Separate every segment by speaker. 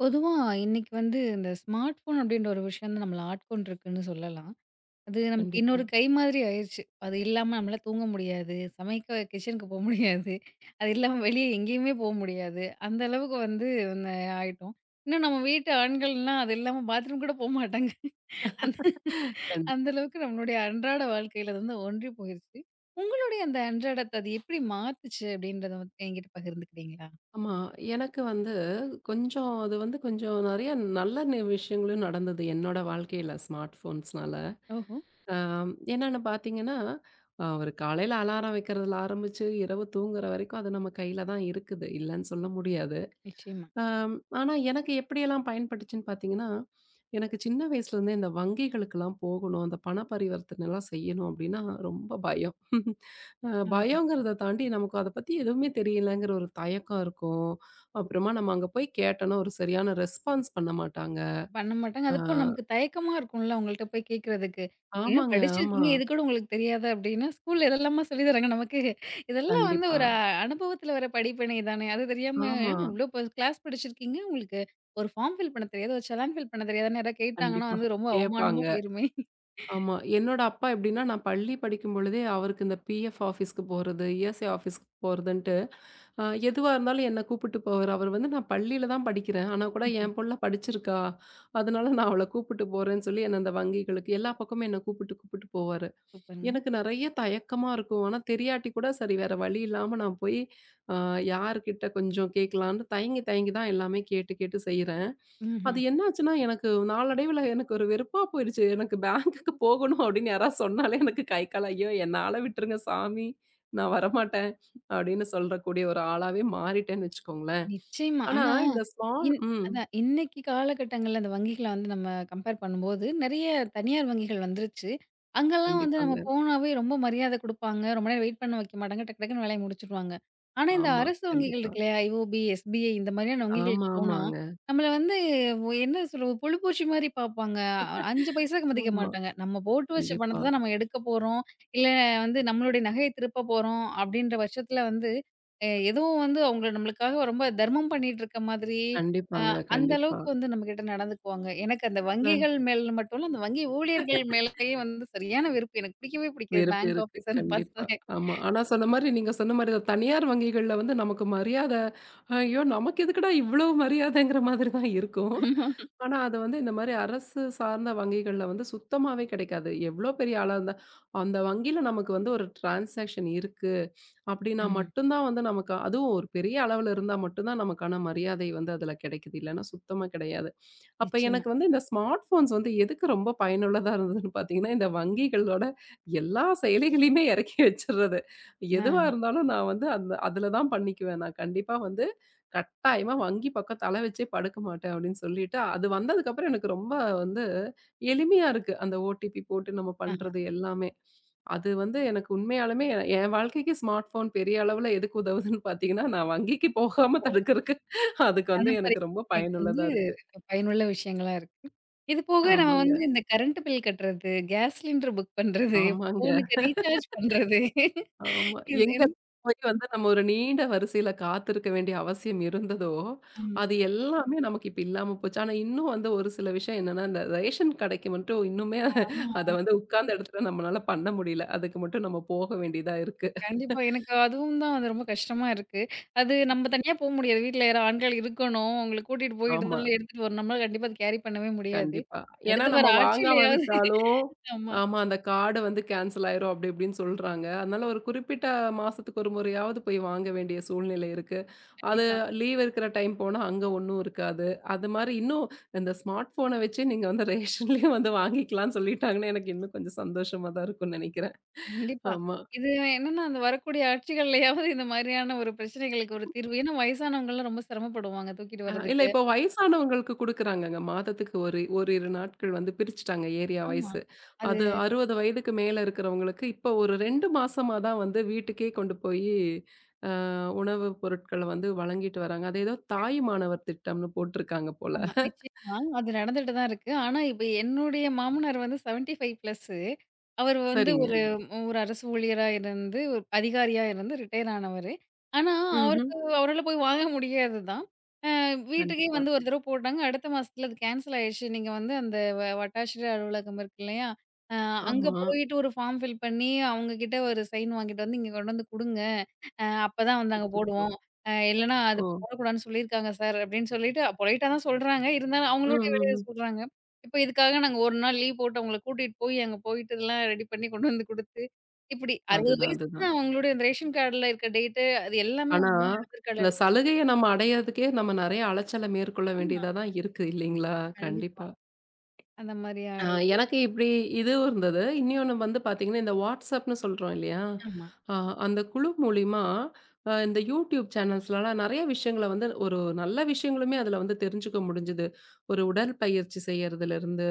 Speaker 1: பொதுவா இன்னைக்கு வந்து இந்த ஸ்மார்ட் ஃபோன் அப்படின்ற ஒரு விஷயம் தான் நம்மள ஆட்கொண்டிருக்குன்னு சொல்லலாம். அது நமக்கு
Speaker 2: கண்டிப்பா.
Speaker 1: இன்னொரு கை மாதிரி ஆயிருச்சு. அது இல்லாம நம்மளால தூங்க முடியாது. சமைக்க கிச்சனுக்கு போ முடியாது. அது இல்லாம வெளிய எங்கேயுமே போ முடியாது. அந்த அளவுக்கு வந்து ந ஆயிட்டோம். இன்னும் நம்ம வீட்டு ஆண்கள்லாம் அது இல்லாம பாத்ரூம் கூட போமாட்டாங்க. அந்த
Speaker 2: கண்டிப்பா.
Speaker 1: அந்த அளவுக்கு நம்மளுடைய அன்றாட வாழ்க்கையில அது வந்து ஒன்றி போயிருச்சு. உங்களுடைய அந்த அன்றாடத்த அது எப்படி மாத்துச்சு அப்படின்றத வந்து என்கிட்ட பகிர்ந்துக்கிறீங்களா?
Speaker 2: ஆமா. எனக்கு வந்து கொஞ்சம் அது வந்து கொஞ்சம் நெறைய நல்ல விஷயங்களும் நடந்தது என்னோட வாழ்க்கையில ஸ்மார்ட் ஃபோன்ஸ்னால.
Speaker 1: ஓஹோ!
Speaker 2: அ என்னன்னு பார்த்தீங்கன்னா, ஒரு காலையில அலாரம் வைக்கிறதுல ஆரம்பிச்சு, இரவு தூங்குற வரைக்கும் அது நம்ம கையில தான் இருக்குது. இல்லன்னு சொல்ல முடியாது.
Speaker 1: நிச்சயமா.
Speaker 2: அம், ஆனா எனக்கு எப்படியெல்லாம் பயன்பட்டுச்சுன்னு பார்த்தீங்கன்னா, எனக்கு சின்ன வயசுலேருந்தே இந்த வங்கிகளுக்கெல்லாம் போகணும், அந்த பண பரிவர்த்தனைலாம் செய்யணும் அப்படின்னா ரொம்ப பயம்.
Speaker 1: ஆ.
Speaker 2: பயங்கிறத தாண்டி நமக்கு அத பத்தி எதுவுமே தெரியலங்கிற ஒரு தயக்கம் இருக்கும். அப்புறமா நம்ம அங்க போய் கேட்டோம்னா, ஒரு சரியான ரெஸ்பான்ஸ் பண்ண மாட்டாங்க.
Speaker 1: பண்ண மாட்டாங்க.
Speaker 2: அ
Speaker 1: அதுபோக நமக்கு தயக்கமா இருக்கும்ல அவங்கள்ட்ட போய் கேட்கறதுக்கு. ஏன்
Speaker 2: ஆமாங்க, ஆமா.
Speaker 1: படிச்சிருக்கீங்க, இது கூட உங்களுக்கு தெரியாதா அப்படின்னா, ஸ்கூல்ல இதெல்லாமா சொல்லி தராங்க நமக்கு. இதெல்லாம் வந்து
Speaker 2: கண்டிப்பா.
Speaker 1: ஒரு அனுபவத்துல வர படிப்பினை தானே. அது தெரியாம
Speaker 2: ஆமா,
Speaker 1: இவ்ளோ கிளாஸ் படிச்சிருக்கீங்க, உங்களுக்கு ஒரு ஃபார்ம் ஃபில் பண்ண தெரியாது, ஒரு செலான் ஃபில் பண்ண தெரியாதுன்னு யாராவது கேட்டாங்கன்னா
Speaker 2: கண்டிப்பா.
Speaker 1: வந்து ரொம்ப அவமானமா
Speaker 2: கேட்பாங்க.
Speaker 1: போயிருமே.
Speaker 2: ஆமா. என்னோட அப்பா எப்படின்னா, நான் பள்ளி படிக்கும் பொழுதே அவருக்கு இந்த பிஎஃப் ஆஃபீஸ்க்கு போறது, இஎஸ்ஐ ஆஃபீஸ்க்கு போறதுன்ட்டு, எதுவா இருந்தாலும் என்ன கூப்பிட்டு போவாரு. அவர் வந்து நான் பள்ளியில தான் படிக்கிறேன். ஆனா கூட
Speaker 1: ம்ஹும்.
Speaker 2: என் புள்ள படிச்சிருக்கா, அதனால நான் அவள கூப்பிட்டு போறேன்னு சொல்லி என்ன அந்த வங்கிகளுக்கு எல்லா பக்கமும் என்ன கூப்பிட்டு கூப்பிட்டு போவாரு.
Speaker 1: சூப்பருங்க.
Speaker 2: எனக்கு நெறைய தயக்கமா இருக்கும். ஆனா தெரியாட்டி கூட சரி வேற வழி இல்லாம நான் போய் அ யார்கிட்ட கொஞ்சம் கேட்கலான்னு தயங்கி தயங்கி தான் எல்லாமே கேட்டு கேட்டு செய்றேன். அது
Speaker 1: ம்ஹ்ம்.
Speaker 2: என்னாச்சுன்னா, எனக்கு நாளடைவில எனக்கு ஒரு வெறுப்பா போயிருச்சு. எனக்கு பேங்க்குக்கு போகணும் அப்படின்னு யாராவது சொன்னாலே எனக்கு கை, கால் ஐயோ! என்ன ஆள விட்டுருங்க சாமி. நான் வரமாட்டேன் அப்படின்னு சொல்றக்கூடிய ஒரு ஆளாவே மாறிட்டேன்னு வச்சுக்கோங்களேன்.
Speaker 1: நிச்சயமா.
Speaker 2: ஆனா
Speaker 1: ஆனா,
Speaker 2: இந்த ஸ்மால்
Speaker 1: இன்
Speaker 2: ம்.
Speaker 1: அதான் இன்னைக்கு காலகட்டங்கள்ல அந்த வங்கிகள வந்து நம்ம கம்பேர் பண்ணும்போது, நெறைய தனியார் வங்கிகள் வந்துருச்சு. அங்கலாம் வந்து நம்ம
Speaker 2: கண்டிப்பாங்க.
Speaker 1: போனாவே ரொம்ப மரியாதை குடுப்பாங்க. ரொம்ப நேரம் வெயிட் பண்ண வைக்க மாட்டாங்க. டக்கு டக்குன்னு வேலைய முடிச்சுருவாங்க. ஆனா, இந்த
Speaker 2: ஆமா.
Speaker 1: அரசு வங்கிகள்
Speaker 2: கண்டிப்பா.
Speaker 1: இருக்கு இல்லையா? ஐஓபி, எஸ்பிஐ இந்த மாதிரியான வங்கிகளுக்கு
Speaker 2: ஆமா,
Speaker 1: போனா,
Speaker 2: ஆமாங்க.
Speaker 1: நம்மள வந்து என்ன சொல்றது? புழுபூச்சி மாரி பார்ப்பாங்க. 5 பைசாக்கு மதிக்க
Speaker 2: ஆமா.
Speaker 1: மாட்டாங்க. நம்ம போட்டு வச்ச
Speaker 2: கண்டிப்பா.
Speaker 1: பணத்த தான் நம்ம எடுக்க போறோம். இல்ல வந்து நம்மளுடைய நகைய திருப்ப போறோம். அப்படின்ற பட்சத்துல வந்து எதுவும் வந்து அவங்க நம்மளுக்காக ரொம்ப தர்மம் பண்ணிட்டு இருக்க மாதிரி, அ
Speaker 2: கண்டிப்பாங்க.
Speaker 1: அந்த
Speaker 2: கண்டிப்பா.
Speaker 1: அளவுக்கு வந்து நம்மகிட்ட நடந்துக்குவாங்க. எனக்கு அந்த
Speaker 2: நான்
Speaker 1: வங்கிகள் மேல மட்டும் இல்ல, அந்த வங்கி ஊழியர்கள் மேலயே வந்து சரியான வெறுப்பு. எனக்கு பிடிக்கவே பிடிக்காது.
Speaker 2: வெறுப்பு
Speaker 1: பேங்க்
Speaker 2: இருக்கு.
Speaker 1: ஆஃபீஸர்ன்னு
Speaker 2: கண்டிப்பா.
Speaker 1: பார்த்தாலே.
Speaker 2: ஆமா. ஆனா சொன்ன மாரி நீங்க சொன்ன மாரி இந்த தனியார் வங்கிகள்ல வந்து நமக்கு மரியாத, ஐயோ! நமக்கு எதுக்குடா இவ்ளோ மரியாதைங்கிற மாதிரி தான் இருக்கும்.
Speaker 1: ஆமா.
Speaker 2: ஆனா அது வந்து இந்த மாரி அரசு சார்ந்த வங்கிகள்ல வந்து சுத்தமாவே கிடைக்காது. எவ்ளோ பெரிய ஆளா இருந்தா, அந்த வங்கியில நமக்கு வந்து ஒரு டிரான்சாக்ஷன் இருக்கு அப்டின்னா
Speaker 1: ம்ஹ்ம்.
Speaker 2: மட்டும் தான் வந்து நமக்கு அதுவும் ஒரு பெரிய அளவுல இருந்தா மட்டும் தான் நமக்கான மரியாதை வந்து அதுல கிடைக்குது. இல்லன்னா சுத்தமா கிடையாது. அப்ப
Speaker 1: நிச்சயமா.
Speaker 2: எனக்கு வந்து இந்த ஸ்மார்ட் ஃபோன்ஸ் வந்து எதுக்கு ரொம்ப பயனுள்ளதா இருந்ததுன்னு பார்த்தீங்கன்னா, இந்த வங்கிகளோட எல்லா செயலிகளையுமே இறக்கி வச்சுர்றது.
Speaker 1: ஆஹ,
Speaker 2: எதுவா இருந்தாலும் நான் வந்து அந்த அதுல தான் பண்ணிக்குவேன். நான் கண்டிப்பா வந்து கட்டாயமா வங்கி பக்கம் தல வச்சே படுக்க மாட்டேன் அப்படின்னு சொல்லிட்டு, அது வந்ததுக்கப்புறம் எனக்கு ரொம்ப வந்து எளிமையா இருக்கு. அந்த ஓடிபி போட்டு நம்ம
Speaker 1: ஆஹா.
Speaker 2: பண்றது எல்லாமே. அது வந்து எனக்கு உண்மையாலுமே என் வாழ்க்கைக்கு ஸ்மார்ட் ஃபோன் பெரிய அளவுல எதுக்கு உதவுதுன்னு பார்த்தீங்கன்னா, நான் வங்கிக்கு போகாம
Speaker 1: ஓ!
Speaker 2: தடுக்கறக்கு அதுக்கு
Speaker 1: பண
Speaker 2: வந்து எனக்கு ரொம்ப
Speaker 1: பரிவர்த்தனைக்கு வந்து
Speaker 2: பயனுள்ளதா இருக்கு.
Speaker 1: பயனுள்ள விஷயங்களா இருக்கு. இது போக நம்ம
Speaker 2: ஆமாங்க.
Speaker 1: வந்து இந்த கரண்ட் பில் கட்டுறது, கேஸ் சிலிண்டர் புக் பண்றது,
Speaker 2: ஆமாங்க.
Speaker 1: ஃபோனுக்கு ரீசார்ஜ் பண்றது.
Speaker 2: ஆமா.
Speaker 1: இந்
Speaker 2: எங்க
Speaker 1: இந்
Speaker 2: போய் வந்து நம்ம ஒரு நீண்ட வரிசையில காத்திருக்க வேண்டிய அவசியம் இருந்ததோ,
Speaker 1: ஆமா,
Speaker 2: அது எல்லாமே நமக்கு இப்ப இல்லாம போச்சு. ஆனா, இன்னும் வந்து ஒரு சில விஷயம் என்னன்னா, இந்த ரேஷன் கடைக்கு மட்டும் இன்னுமே அத
Speaker 1: ஆமா.
Speaker 2: வந்து உட்கார்ந்த இடத்துல நம்மளால பண்ண முடியல. அதுக்கு மட்டும் நம்ம போக வேண்டியதா இருக்கு.
Speaker 1: கண்டிப்பா. எனக்கு அதுவும் தான் வந்து ரொம்ப கஷ்டமா இருக்கு. அது நம்ம தனியா போ முடியாது. வீட்ல யாரோ ஆண்கள் இருக்கணும். அவங்கள கூட்டிட்டு போய்
Speaker 2: ஆமா.
Speaker 1: இடத்துல எடுத்துட்டு வரணும். நம்மளால கண்டிப்பா அது கேரி பண்ணவே முடியாது.
Speaker 2: கண்டிப்பா. ஏன்னா
Speaker 1: அடுத்து வர
Speaker 2: நம்ம வாங்காம
Speaker 1: ஆட்சியிலயாவது
Speaker 2: விட்டாலும்
Speaker 1: ஆமா.
Speaker 2: ஆமா அந்த கார்டு வந்து கேன்சல் ஆயிரும் அப்படி இப்படின்னு சொல்றாங்க. அதனால ஒரு குறிப்பிட்ட மாசத்துக்கு ஒரு முறையாவது போய் வாங்க வேண்டிய சூழ்நிலை இருக்கு. அது
Speaker 1: கண்டிப்பா,
Speaker 2: லீவ் இருக்கிற டைம் போனா அங்க ஒண்ணும் இருக்காது. அது மாரி இன்னும் இந்த ஸ்மார்ட் ஃபோன வச்சு நீங்க வந்து ரேஷன்லயும் வந்து வாங்கிக்கலாம்னு சொல்லிட்டாங்கன்னா, எனக்கு இன்னும் கொஞ்சம் சந்தோஷமா தான் இருக்கும்னு நெனைக்கிறேன்.
Speaker 1: கண்டிப்பா.
Speaker 2: ஆமா.
Speaker 1: இது என்னன்னா, அந்த வரக்கூடிய ஆட்சிகள்லயாவது இந்த மாதிரியான ஒரு பிரச்சனைகளுக்கு ஒரு தீர்வு. ஏன்னா வயசானவங்கலாம் ரொம்ப சிரமப்படுவாங்க தூக்கிட்டு
Speaker 2: இல்ல
Speaker 1: வர்றதுக்கு.
Speaker 2: இப்போ வயசானவங்களுக்கு குடுக்குறாங்கங்க. மாதத்துக்கு ஒரு ஓரிரு நாட்கள் வந்து பிரிச்சுட்டாங்க ஏரியா
Speaker 1: ஆமா.
Speaker 2: வைஸு.
Speaker 1: அது
Speaker 2: அது 60 வயதுக்கு மேல இருக்கிறவங்களுக்கு இப்போ ஒரு 2 மாசமா தான் வந்து வீட்டுக்கே கொண்டு போயி அ உணவு பொருட்கள வந்து வழங்கிட்டு வராங்க. அது ஏதோ தாய்
Speaker 1: கண்டிப்பா.
Speaker 2: மாணவர் திட்டம்னு போட்டிருக்காங்க போல.
Speaker 1: ஆமா. நிச்சயமா. அது நடந்துட்டு தான் இருக்கு. ஆனா, இப்ப என்னுடைய மாமனார் வந்து 75 பிளஸ்ஸு. அவரு வந்து
Speaker 2: சரிங்க.
Speaker 1: ஒரு சரிங்க. ஒரு அரசு ஊழியரா இருந்து, ஒரு அதிகாரியா இருந்து ரிட்டயர் ஆனவரு. ஆனா,
Speaker 2: ம்ஹ்ம்.
Speaker 1: அவருக்கு அவரால போய் வாங்க முடியாது தான். அ வீட்டுக்கே
Speaker 2: கண்டிப்பா.
Speaker 1: வந்து ஒரு தடவ போட்டாங்க. அடுத்த மாசத்துல அது கேன்சல் ஆயிடுச்சு. நீங்க வந்து அந்த வட்டாட்சியர் அலுவலகம் இருக்கு இல்லையா? அ அங்க
Speaker 2: ஆமா.
Speaker 1: போயிட்டு ஒரு ஃபார்ம் ஃபில் பண்ணி, அவங்க கிட்ட ஒரு சைன் வாங்கிட்டு வந்து இங்க கொண்டு வந்து குடுங்க. அப்பதான் வந்து நாங்க
Speaker 2: அச்சச்சோ!
Speaker 1: போடுவோம். இல்லன்னா அது
Speaker 2: ஓ!
Speaker 1: போடக்கூடாதுன்னு சொல்லியிருக்காங்க சார் அப்படின்னு சொல்லிட்டு பொலைட்டா தான் சொல்றாங்க. இருந்தாலும்
Speaker 2: ம்,
Speaker 1: அவங்களுடைய
Speaker 2: ம்,
Speaker 1: வெளிய
Speaker 2: ம்.
Speaker 1: சொல்றாங்க. இப்ப இதுக்காக நாங்க 1 நாள் லீவ் போட்டு அவங்கள கூட்டிட்டு போய் அங்க போயிட்டு இதெல்லாம் ரெடி பண்ணி கொண்டு வந்து குடுத்து, இப்படி 60
Speaker 2: அதுதான்,
Speaker 1: வயசுக்கு
Speaker 2: அதுதான்.
Speaker 1: தான் அவங்களுடைய அந்த ரேஷன் கார்டுல இருக்க டேட்டு அது எல்லாமே
Speaker 2: ஆனா,
Speaker 1: உங்க ஆதார் கார்டுல
Speaker 2: இந்த
Speaker 1: இருக்கு.
Speaker 2: சலுகைய நம்ம அடையறதுக்கே நம்ம நெறைய அலைச்சல மேற்கொள்ள
Speaker 1: ஆமா,
Speaker 2: வேண்டியதா தான் இருக்கு இல்லைங்களா?
Speaker 1: கண்டிப்பா.
Speaker 2: கண்டிப்பா.
Speaker 1: அந்த மாரி
Speaker 2: ஆ
Speaker 1: ஆயிடும்.
Speaker 2: எனக்கு இப்டி இதுவும் இருந்தது. இன்னொன்னு வந்து பார்த்தீங்கன்னா, இந்த WhatsAppன்னு சொல்றோம் இல்லையா?
Speaker 1: ஆமா.
Speaker 2: அ அந்த குழு மூலியமா இந்த YouTube சேனல்ஸ்லலாம் நெறைய விஷயங்கள வந்து ஒரு நல்ல விஷயங்களுமே அதுல வந்து தெரிஞ்சுக்க முடிஞ்சது. ஒரு உடற்பயிற்சி செய்யறதுலருந்து,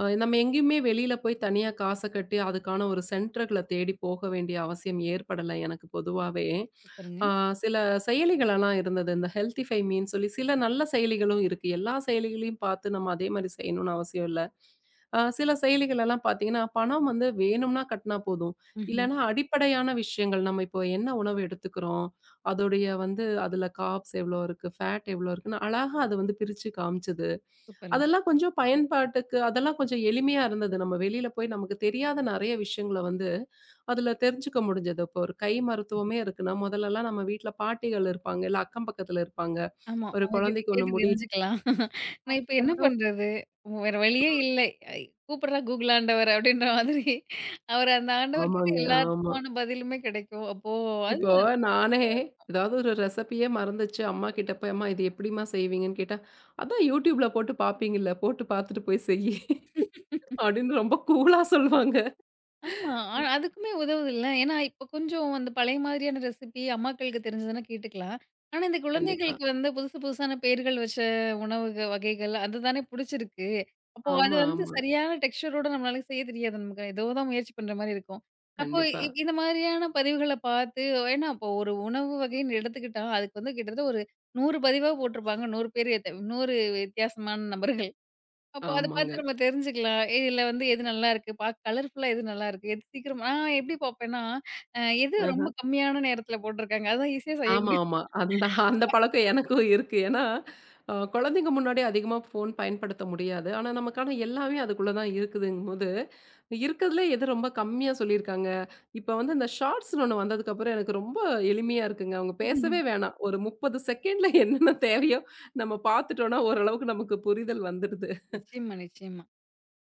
Speaker 2: நம்ம எங்கேயுமே வெளியில போய் தனியா காச கட்டி அதுக்கான ஒரு சென்டர்கள தேடி போக வேண்டிய அவசியம் ஏற்படல எனக்கு பொதுவாவே.
Speaker 1: சூப்பருங்க.
Speaker 2: ஆ சில செயலிகளெல்லாம் இருந்தது. இந்த ஹெல்த்திஃபை மீன்னு சொல்லி சில நல்ல செயலிகளும் இருக்கு. எல்லா செயலிகளையும் பார்த்து நம்ம அதே மாரி செய்யணும்னு அவசியம் இல்ல. சில செயலிகளெல்லாம் பார்த்தீங்கன்னா, பணம் வந்து வேணும்னா கட்டுனா போதும்.
Speaker 1: ம்ஹ்ம்.
Speaker 2: இல்லன்னா அடிப்படையான விஷயங்கள் நம்ம இப்போ என்ன உணவு எடுத்துக்கிறோம், அதோடைய வந்து அதில கார்ப்ஸ் எவ்வளோ இருக்கு, ஃபேட் எவ்வளோ இருக்குன்னு அழகா அது வந்து பிரிச்சு காமிச்சது.
Speaker 1: சூப்பருங்க.
Speaker 2: அதெல்லாம் கொஞ்சம் பயன்பாட்டுக்கு அதெல்லாம் கொஞ்சம் எளிமையா இருந்தது. நம்ம வெளியில போய் நமக்கு தெரியாத நெறைய விஷயங்கள வந்து, அதுல தெரிஞ்சுக்க முடிஞ்சது. இப்போ ஒரு கை மருத்துவமே இருக்குன்னா, முதல்லலாம் நம்ம வீட்ல பாட்டிகள் இருப்பாங்க, இல்ல அக்கம் பக்கத்துல இருப்பாங்க.
Speaker 1: ஆமா.
Speaker 2: ஒரு
Speaker 1: அவங்ககிட்ட
Speaker 2: குழந்தைக்கு ஒண்ணு
Speaker 1: கேட்டு
Speaker 2: முடியல
Speaker 1: தெரிஞ்சுக்கலாம். நான் இப்ப என்ன பண்றது? வேற வழியே இல்லை. ஐ கூப்பிடுறா கூகுள் ஆண்டவர் அப்படின்ற மாதிரி, அவர் அந்த ஆண்டவர்கிட்ட
Speaker 2: ஆமாங்க, ஆமா.
Speaker 1: எல்லாத்துக்குமான பதிலுமே கிடைக்கும். அப்போ அது
Speaker 2: இப்போ நானே ஏதாவது ஒரு ரெசிபியே மறந்துச்சு, அம்மா கிட்ட போய், "அம்மா இது எப்படிம்மா செய்வீங்கன்னு?" கேட்டா, "அதான் YouTubeல போட்டு பார்ப்பீங்கல்ல, போட்டு பார்த்துட்டு போய் செய்யி" அப்படின்னு ரொம்ப கூலா சொல்லுவாங்க.
Speaker 1: ஆமா. அதுக்குமே உதவுதுல்ல. ஏன்னா, இப்ப கொஞ்சம் அந்த பழைய மாதிரியான ரெசிபி அம்மாக்களுக்கு தெரிஞ்சதுன்னா கேட்டுக்கலாம். ஆனா, இந்த
Speaker 2: கண்டிப்பா.
Speaker 1: குழந்தைகளுக்கு வந்து புதுசு புதுசான பெயர்கள் வச்ச உணவு வகைகள் அதுதானே புடிச்சிருக்கு. அப்போ அது
Speaker 2: ஆமா,
Speaker 1: வந்து
Speaker 2: ஆமா.
Speaker 1: சரியான டெக்ஸ்சரோட நம்மளால செய்ய தெரியாது. நமக்கு ஏதோ தான் முயற்சி பண்ற மாரி இருக்கும். அப்போ
Speaker 2: கண்டிப்பா.
Speaker 1: இந்த மாதிரியான பதிவுகள பார்த்து ஏன்னா இப்போ ஒரு உணவு வகைன்னு எடுத்துக்கிட்டா, அதுக்கு வந்து கிட்டத்தட்ட ஒரு 100 பதிவா போட்டிருப்பாங்க. 100 பேரு 100 வித்தியாசமான நபர்கள். அப்போ அத
Speaker 2: ஆமாங்க.
Speaker 1: பார்த்து நம்ம தெரிஞ்சுக்கலாம். இதுல வந்து எது நல்லாருக்கு? பாக்க கலர்ஃபுல்லா எது நல்லாருக்கு? எது சீக்கிரம் நான் எப்படி பார்ப்பேன்னா, அ எது ரொம்ப கம்மியான நேரத்துல போட்டுருக்காங்க? அதான் ஈஸியா செய்ய
Speaker 2: ஆமா,
Speaker 1: முடியும்.
Speaker 2: ஆமா. அந்த அந்த பழக்கம் எனக்கும் இருக்கு. ஏன்னா, குழந்தைங்க முன்னாடி அதிகமா ஃபோன் பயன்படுத்த முடியாது. ஆனா, நமக்கான எல்லாமே அதுக்குள்ள தான் இருக்குதுங்கும்போது, இருக்கிறதுலே எது ரொம்ப கம்மியா சொல்லியிருக்காங்க. இப்ப வந்து இந்த ஷார்ட்ஸ்ன்னு ஒண்ணு வந்ததுக்கப்புறம் எனக்கு ரொம்ப எளிமையா இருக்குங்க. அவங்க பேசவே வேணாம். ஒரு 30 செகண்ட்ல என்னென்ன தேவையோ நம்ம பார்த்துட்டோம்னா, ஓரளவுக்கு நமக்கு புரிதல் வந்துடுது.
Speaker 1: நிச்சயமா, நிச்சயமா.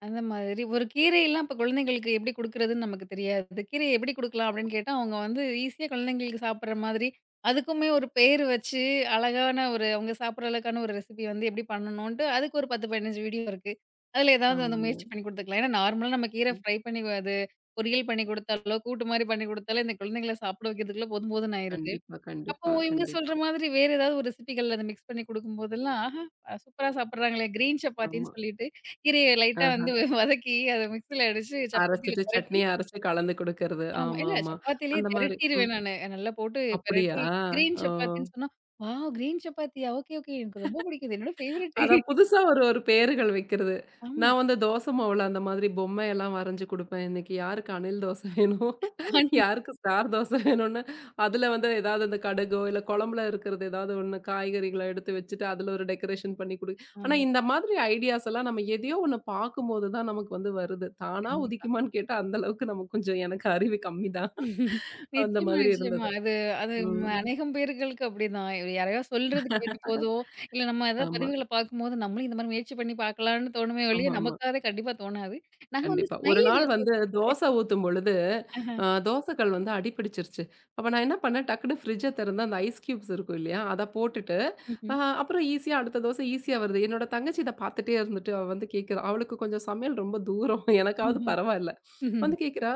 Speaker 1: அந்த மாதிரி ஒரு கீரையெல்லாம் இப்ப குழந்தைங்களுக்கு எப்படி குடுக்குறதுன்னு நமக்கு தெரியாது. கீரைய எப்படி குடுக்கலாம் அப்படின்னு கேட்டா, அவங்க வந்து ஈஸியா குழந்தைங்களுக்கு சாப்பிடுற மாதிரி, அதுக்குமே ஒரு பேர் வச்சு அழகான ஒரு அவங்க சாப்பிடுற அளவுக்கான ஒரு ரெசிபி வந்து எப்படி பண்ணணுன்ட்டு, அதுக்கு ஒரு 10, 15 வீடியோ இருக்கு. அதுல ஏதாவது வந்து முயற்சி
Speaker 2: ஆமாங்க.
Speaker 1: பண்ணி குடுத்துக்கலாம். ஏன்னா நார்மலா நம்ம கீரை
Speaker 2: ம்.
Speaker 1: ஃப்ரை பண்ணி அது பொரியல் பண்ணி குடுத்தாலோ, கூட்டு மாரி பண்ணி குடுத்தாலோ, இந்த குழந்தைங்கள சாப்பிட வைக்கிறதுக்குள்ள போதும் போதும்ன்னு ஆயிருது.
Speaker 2: கண்டிப்பா,
Speaker 1: அப்போ
Speaker 2: கண்டிப்பா,
Speaker 1: இவங்க சொல்ற
Speaker 2: கண்டிப்பா.
Speaker 1: மாதிரி வேற ஏதாவது ஒரு ரெசிபிகள் அத மிக்ஸ் பண்ணி குடுக்கும்போதெல்லாம், ஆஹா! சூப்பரா சாப்பிடுறாங்களே! கிரீன் சப்பாத்தின்னு
Speaker 2: ஆமா.
Speaker 1: சொல்லிட்டு, கீரைய லைட்டா
Speaker 2: ஆஹ.
Speaker 1: வந்து வதக்கி, அத மிக்ஸில அடிச்சு சப்பாத்தில
Speaker 2: அரைச்சிட்டு
Speaker 1: பெரட்டி
Speaker 2: சட்னிய அரைச்சு கலந்து குடுக்கறது.
Speaker 1: ஆமா.
Speaker 2: ஆமா,
Speaker 1: இல்ல
Speaker 2: ஆமா.
Speaker 1: சப்பாத்திலயே
Speaker 2: அந்த மாரி.
Speaker 1: தெரட்டிருவேன் நானு. நல்லா போட்டு
Speaker 2: அப்படியா?
Speaker 1: பெரட்டி கிரீன்
Speaker 2: ஓ!
Speaker 1: சப்பாத்தின்னு சொன்னா, வாவ்! கிரீன் சப்பாத்தியா? Okay, okay. எனக்கு ரொம்ப பிடிக்குது. என்னோட ஃபேவரைட்.
Speaker 2: அதான் புதுசா ஒரு ஒரு பேருகள் வைக்கிறது.
Speaker 1: ஆமா.
Speaker 2: நான் வந்து தோசை மாவுல அந்த மாதிரி பொம்மையெல்லாம் வரைஞ்சு குடுப்பேன். இன்னைக்கு யாருக்கு அணில் தோசை வேணும்?
Speaker 1: ஆனி-
Speaker 2: யாருக்கு ஸ்டார் தோசை வேணும்னு, அதுல வந்து ஏதாவது இந்த கடுகோ, இல்ல குழம்புல இருக்கிறது ஏதாவது ஒண்ணு காய்கறிகள எடுத்து வச்சுட்டு, அதுல ஒரு டெக்கரேஷன் பண்ணி குடு ஆனா
Speaker 1: ஆமா.
Speaker 2: இந்த மாதிரி ஐடியாஸ் எல்லாம் நம்ம எதையோ ஒண்ணு பார்க்கும்போது தான் நமக்கு வந்து வருது. தானா
Speaker 1: கண்டிப்பா.
Speaker 2: உதிக்குமான்னு கேட்டா அந்த அளவுக்கு நமக்கு கொஞ்சம் எனக்கு அறிவு கம்மி தான். அந்த
Speaker 1: நிச்சயமா,
Speaker 2: மாதிரி
Speaker 1: நிச்சயமா.
Speaker 2: இருந்தது.
Speaker 1: அது அது ம
Speaker 2: ம்.
Speaker 1: அநேகம் பேர்களுக்கு அப்படிதான். இவ யாரையோ சொல்றது கேட்டு
Speaker 2: அதான்.
Speaker 1: போதோ, இல்ல நம்ம ஏதாவது
Speaker 2: ஆமா.
Speaker 1: பதிவுகள பார்க்கும்போது, நம்மளும் இந்த மாரி முயற்சி பண்ணி பார்க்கலாம்னு தோணுமே ஒழிய,
Speaker 2: ஆமாமா.
Speaker 1: நமக்காக கண்டிப்பா தோணாது. நான் வந்து
Speaker 2: கண்டிப்பா. ஒரு
Speaker 1: ஸ்மைலி
Speaker 2: நாள்
Speaker 1: தோசை
Speaker 2: வந்து
Speaker 1: ஊத்தி
Speaker 2: தோசை ஊத்தும் பொழுது,
Speaker 1: ஆஹா.
Speaker 2: தோசை கல் வந்து அடிபிடிச்சிருச்சு. அப்ப நான் என்ன பண்ணேன், டக்குனு ஃப்ரிட்ஜ திறந்து அந்த ஐஸ் கியூப்ஸ் இருக்கும் இல்லையா? அத போட்டுட்டு,
Speaker 1: ம்ஹ்ம்.
Speaker 2: அ அப்புறம் ஈஸியா அடுத்த தோசை ஈஸியா வருது. என்னோட தங்கச்சி இத பார்த்துட்டே இருந்துட்டு, அவ வந்து கேட்கிறா. அவளுக்கு கொஞ்சம் சமையல் ரொம்ப தூரம். எனக்காவது
Speaker 1: ஓஹோஹோ.
Speaker 2: பரவால்ல. வந்து கேட்கிறா,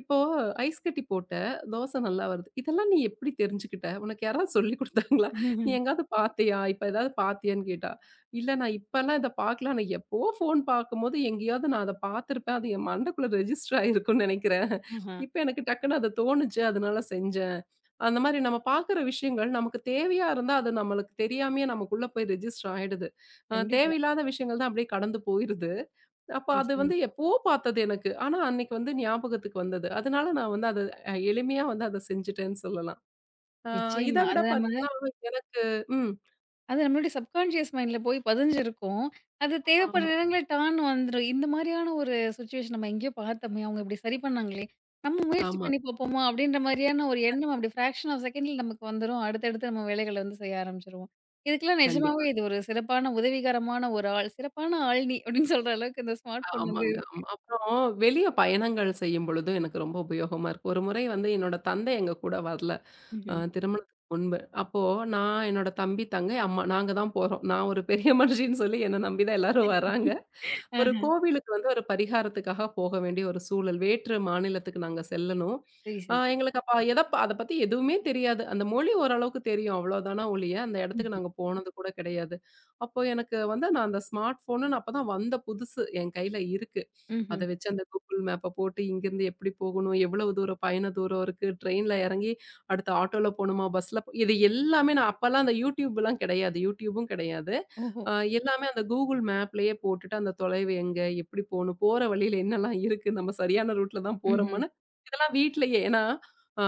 Speaker 2: "இப்போ ஐஸ் கட்டி போட்ட, தோசை நல்லா வருது. இதெல்லாம் நீ எப்படி தெரிஞ்சுக்கிட்ட? உனக்கு யாராவது சொல்லிக் குடுத்தாங்களா? நீ எங்கேயாவது பார்த்தியா? இப்ப ஏதாவது பார்த்தியான்னு கேட்டா." "இல்ல நான் இப்பலாம் இத பார்க்கல. ஆனா எப்பவோ ஃபோன் பார்க்கும்போது எங்கேயாவது நான் அத பார்த்துருப்பேன். அது என் மண்டைக்குள்ள ரெஜிஸ்டர் ஆயிருக்கும்னு நெனைக்கிறேன்.
Speaker 1: ஆஹா.
Speaker 2: இப்ப எனக்கு டக்குன்னு அது தோணுச்சு. அதனால செஞ்சேன்." அந்த மாரி நம்ம பார்க்குற விஷயங்கள் நமக்கு தேவையா இருந்தா, அது நம்மளுக்கு தெரியாமயே நமக்குள்ள போய் ரெஜிஸ்டர் ஆயிடுது.
Speaker 1: கண்டிப்பா.
Speaker 2: தேவையில்லாத விஷயங்கள் தான் அப்படியே கடந்து போயிருது. அப்ப அது வந்து
Speaker 1: நிச்சயமா,
Speaker 2: எப்பவோ பார்த்தது எனக்கு. ஆனா அன்னைக்கு வந்து ஞாபகத்துக்கு வந்தது. அதனால நான் வந்து அத எளிமையா வந்து அத செஞ்சுட்டேன்னு சொல்லலாம். ஆ இத
Speaker 1: நிச்சயமா.
Speaker 2: விட பார்த்தீங்கன்னா, எனக்கு ம்.
Speaker 1: அது நம்மளுடைய சப்கான்ஷியஸ் மைண்ட்ல போய் பதிஞ்சிருக்கும். அது தேவைப்படுற
Speaker 2: ஆமா,
Speaker 1: நேரங்கள்ல டான்னு வந்துரும். இந்த மாரியான ஒரு சிச்சுவேஷன் நம்ம எங்கேயோ பார்த்தோமே! அவங்க இப்படி சரி பண்ணாங்களே! நம்ம முயற்சி
Speaker 2: ஆமா.
Speaker 1: பண்ணி பார்ப்போமா? அப்படின்ற மாரியான ஒரு எண்ணம் அப்படி ஃப்ராக்ஷன் ஆஃப் செகண்ட்ல நமக்கு வந்துரும். அடுத்தடுத்து நம்ம வேலைகள வந்து செய்ய ஆரம்பிச்சுருவோம். இதுக்கெல்லாம் நிஜமாவே
Speaker 2: கண்டிப்பா.
Speaker 1: இது ஒரு சிறப்பான உதவிகரமான ஒரு ஆள். சிறப்பான ஆள்னி அப்படின்னு சொல்ற அளவுக்கு இந்த ஸ்மார்ட் ஃபோன் வந்து
Speaker 2: ஆமாங்க. ஆமா. அப்புறம் வெளிய பயணங்கள் செய்யும் பொழுதும் எனக்கு ரொம்ப உபயோகமா இருக்கு. ஒரு முறை வந்து என்னோட தந்தை எங்க கூட வரல.
Speaker 1: ம்ஹ்ம்.
Speaker 2: திருமணத்துக்கு முன்பு. அப்போ நான், என்னோட தம்பி, தங்கை, அம்மா நாங்க தான் போறோம். நான் ஒரு பெரிய மனுஷின்னு சொல்லி என்ன நம்பி தான் எல்லாரும் வராங்க. ஒரு
Speaker 1: ஆஹா.
Speaker 2: கோவிலுக்கு வந்து ஒரு பரிகாரத்துக்காக போக வேண்டிய ஒரு சூழல். வேற்று மாநிலத்துக்கு நாங்க செல்லணும்.
Speaker 1: சரி, சரி.
Speaker 2: எங்களுக்கு அப்ப அத பத்தி எதுவுமே தெரியாது. அந்த மொழி ஓரளவுக்கு தெரியும். அவ்வளோதானா ஒழிய, அந்த இடத்துக்கு
Speaker 1: ம்ஹ்ம்.
Speaker 2: நாங்க போனது கூட கிடையாது. அப்போ எனக்கு வந்து நான் அந்த ஸ்மார்ட் ஃபோனுன்னு அப்பதான் வந்த புதுசு என் கையில இருக்கு. அத
Speaker 1: ம்ஹ்ம்.
Speaker 2: வச்சு அந்த கூகுள் மேப்ப போட்டு இங்கேருந்து எப்படி போகணும்? எவ்வளவு தூரம் பயண தூரம் இருக்கு? ட்ரெயின்ல இறங்கி அடுத்து ஆட்டோல போணுமா? பஸ்ல போ இது எல்லாமே நான் அப்பலாம் அந்த YouTubeலாம் கிடையாது. YouTubeம் கிடையாது.
Speaker 1: ஓஹோ!
Speaker 2: அ எல்லாமே அந்த கூகுள் மேப்லயே போட்டுட்டு அந்த தொலைவு எங்க? எப்படி போணும்? போற வழியில என்னலாம் இருக்கு? நம்ம சரியான ரூட்ல தான்
Speaker 1: ம்ஹ்ம்.
Speaker 2: போறோமான்னு இதெல்லாம் வீட்லயே ஏன்னா அ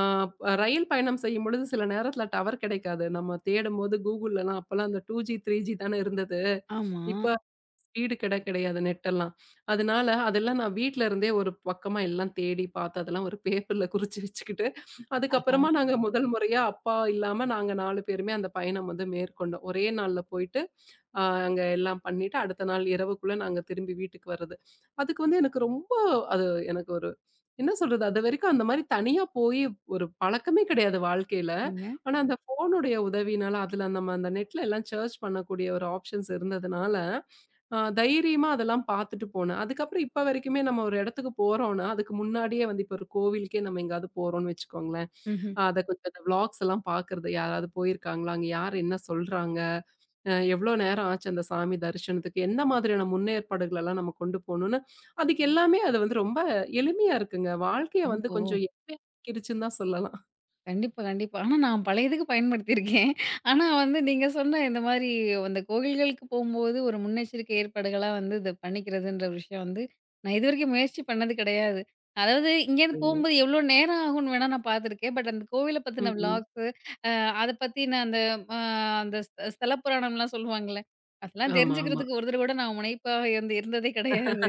Speaker 2: ரயில் பயணம் செய்யும்பொழுது சில நேரத்தில டவர் கிடைக்காது. நம்ம தேடும்போது கூகுள்லலாம் அப்பலாம் அந்த 2G, 3G தானே இருந்தது.
Speaker 1: ஆமா.
Speaker 2: இப்ப ஸ்பீடு கெட கிடையாது நெட்டெல்லாம். அதனால அதெல்லாம் நான் வீட்ல இருந்தே ஒரு பக்கமா எல்லாம் தேடி பார்த்து அதெல்லாம் ஒரு பேப்பர்ல குறிச்சு வச்சுக்கிட்டு,
Speaker 1: ஆஹா.
Speaker 2: அதுக்கப்புறமா நாங்க முதல் முறையா அப்பா இல்லாம நாங்க 4 பேருமே அந்த பயணம் வந்து மேற்கொண்டோம். ஒரே நாள்ல போயிட்டு, அங்க எல்லாம் பண்ணிட்டு அடுத்த நாள் இரவுக்குள்ள நாங்க திரும்பி வீட்டுக்கு வர்றது. அதுக்கு வந்து எனக்கு ரொம்ப அது எனக்கு ஒரு என்ன சொல்றது? அதுவரைக்கும் அந்த மாரி தனியா போயி ஒரு பழக்கமே கிடையாது வாழ்க்கையில.
Speaker 1: சரிங்க.
Speaker 2: ஆனா அந்த ஃபோனுடைய உதவியினால அதுல நம்ம அந்த நெட்ல எல்லாம் சர்ச் பண்ணக்கூடிய ஒரு ஆப்ஷன்ஸ் இருந்ததுனால, தைரியமா அதெல்லாம் பார்த்துட்டு போனேன். அதுக்கப்புறம் இப்ப வரைக்குமே நம்ம ஒரு இடத்துக்கு போறோம்னா, அதுக்கு முன்னாடியே வந்து இப்போ ஒரு கோவிலுக்கே நம்ம எங்கேயாவது போறோம்ன்னு வச்சுக்கோங்களேன்,
Speaker 1: ம்ஹ்ம்.
Speaker 2: அத கொஞ்சம் அந்த வ்ளாக்ஸ் எல்லாம் பார்க்கறது. யாராவது போயிருக்காங்களா? அங்க யார் என்ன சொல்றாங்க? எவ்வளோ நேரம் ஆச்சு அந்த சாமி தரிசனத்துக்கு? எந்த மாதிரியான முன்னேற்பாடுகள் எல்லாம் நம்ம கொண்டு போணும்னு, அதுக்கு எல்லாமே அது வந்து ரொம்ப எளிமையா இருக்குங்க. வாழ்க்கைய வந்து
Speaker 1: ஓஹோ!
Speaker 2: கொஞ்சம் எளிமையாக்கிருச்சுன்னு தான் சொல்லலாம்.
Speaker 1: கண்டிப்பா, கண்டிப்பா. ஆனா நான் பல இதுக்கு பயன்படுத்தியிருக்கேன். ஆனா வந்து நீங்க சொன்ன இந்த மாரி அந்த கோவில்களுக்கு போம்போது ஒரு முன்னெச்சரிக்கை ஏற்பாடுகளா வந்து இத பண்ணிக்கிறதுன்ற விஷயம் வந்து, நான் இதுவரைக்கும் முயற்சி பண்ணது கிடையாது. அதாவது இங்கேருந்து
Speaker 2: சரிங்க.
Speaker 1: போம்போது எவ்வளோ நேரம் ஆகும்னு வேணா நான் பார்த்துருக்கேன். பட் அந்த கோவில பத்தின
Speaker 2: ம், ம்.
Speaker 1: விளாக்ஸு, அ அத பத்தின அந்த அ அந்த ஸ்தல புராணம்லாம் சொல்லுவாங்கல்ல, அதெல்லாம்
Speaker 2: ஆமா, ஆமா.
Speaker 1: தெரிஞ்சுக்கிறதுக்கு ஒரு தடவ கூட நான் முனைப்பா இருந்து இருந்ததே கிடையாது.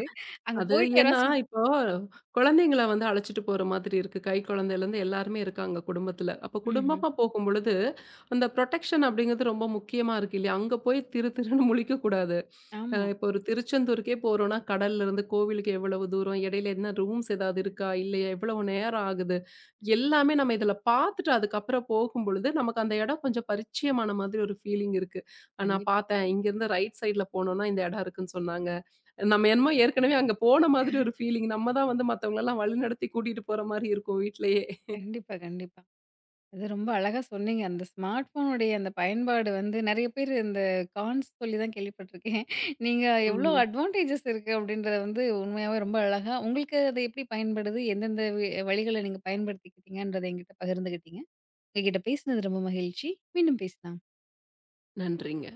Speaker 1: அங்க
Speaker 2: அது
Speaker 1: போயிட்டு
Speaker 2: ஏன்னா,
Speaker 1: யாராச்சும்
Speaker 2: இப்போ குழந்தைங்கள வந்து அழைச்சிட்டு போற மாதிரி இருக்கு. கை குழந்தையிலேருந்து எல்லாருமே இருக்காங்க குடும்பத்தில. அப்ப
Speaker 1: ம்ஹ்ம்.
Speaker 2: குடும்பமா போகும்பொழுது, அந்த புரொடெக்ஷன் அப்படிங்கிறது ரொம்ப முக்கியமா இருக்கு இல்லையா? அங்க போய் திரு திருன்னு முழிக்கக்கூடாது.
Speaker 1: ஆமா.
Speaker 2: இப்போ ஒரு திருச்செந்தூருக்கே போறோம்னா, கடல்லருந்து கோவிலுக்கு எவ்வளவு தூரம்? இடையில என்ன ரூம்ஸ் ஏதாவது இருக்கா? இல்லையா? எவ்வளவு நேரம் ஆகுது? எல்லாமே நம்ம இதில பார்த்துட்டு அதுக்கப்புறம் போகும்பொழுது, நமக்கு அந்த இடம் கொஞ்சம் பரிச்சயமான மாதிரி ஒரு ஃபீலிங் இருக்கு. நான்
Speaker 1: கண்டிப்
Speaker 2: பார்த்தேன். இங்கேருந்து ரைட் சைட்ல போனோம்னா இந்த இடம் இருக்குன்னு சொன்னாங்க. நம்ம என்னமோ ஏற்கனவே அங்க போன மாதிரி ஒரு ஃபீலிங். நம்ம தான் வந்து மத்தவங்களலாம் வழிநடத்தி கூட்டிட்டு போற மாரி இருக்கும் வீட்லயே.
Speaker 1: கண்டிப்பா, கண்டிப்பா. அது ரொம்ப அழகா சொன்னீங்க. அந்த ஸ்மார்ட் ஃபோனுடைய அந்த பயன்பாடு வந்து நெறைய பேரு இந்த கான்ஸ் சொல்லி தான் கேள்விப்பட்டுருக்கேன். நீங்க எவ்ளோ
Speaker 2: ம்ஹ்ம்.
Speaker 1: அட்வான்டேஜஸ் இருக்கு அப்டின்றத வந்து உண்மையாவே ரொம்ப அழகா உங்களுக்கு அது எப்படி பயன்படுது? எந்தெந்த வழிகள நீங்க பயன்படுத்திக்கிட்டீங்கன்றத என்கிட்ட பகிர்ந்துக்கிட்டீங்க. உங்ககிட்ட பேசினது ரொம்ப மகிழ்ச்சி. மீண்டும் பேசலாம்.
Speaker 2: நன்றிங்க.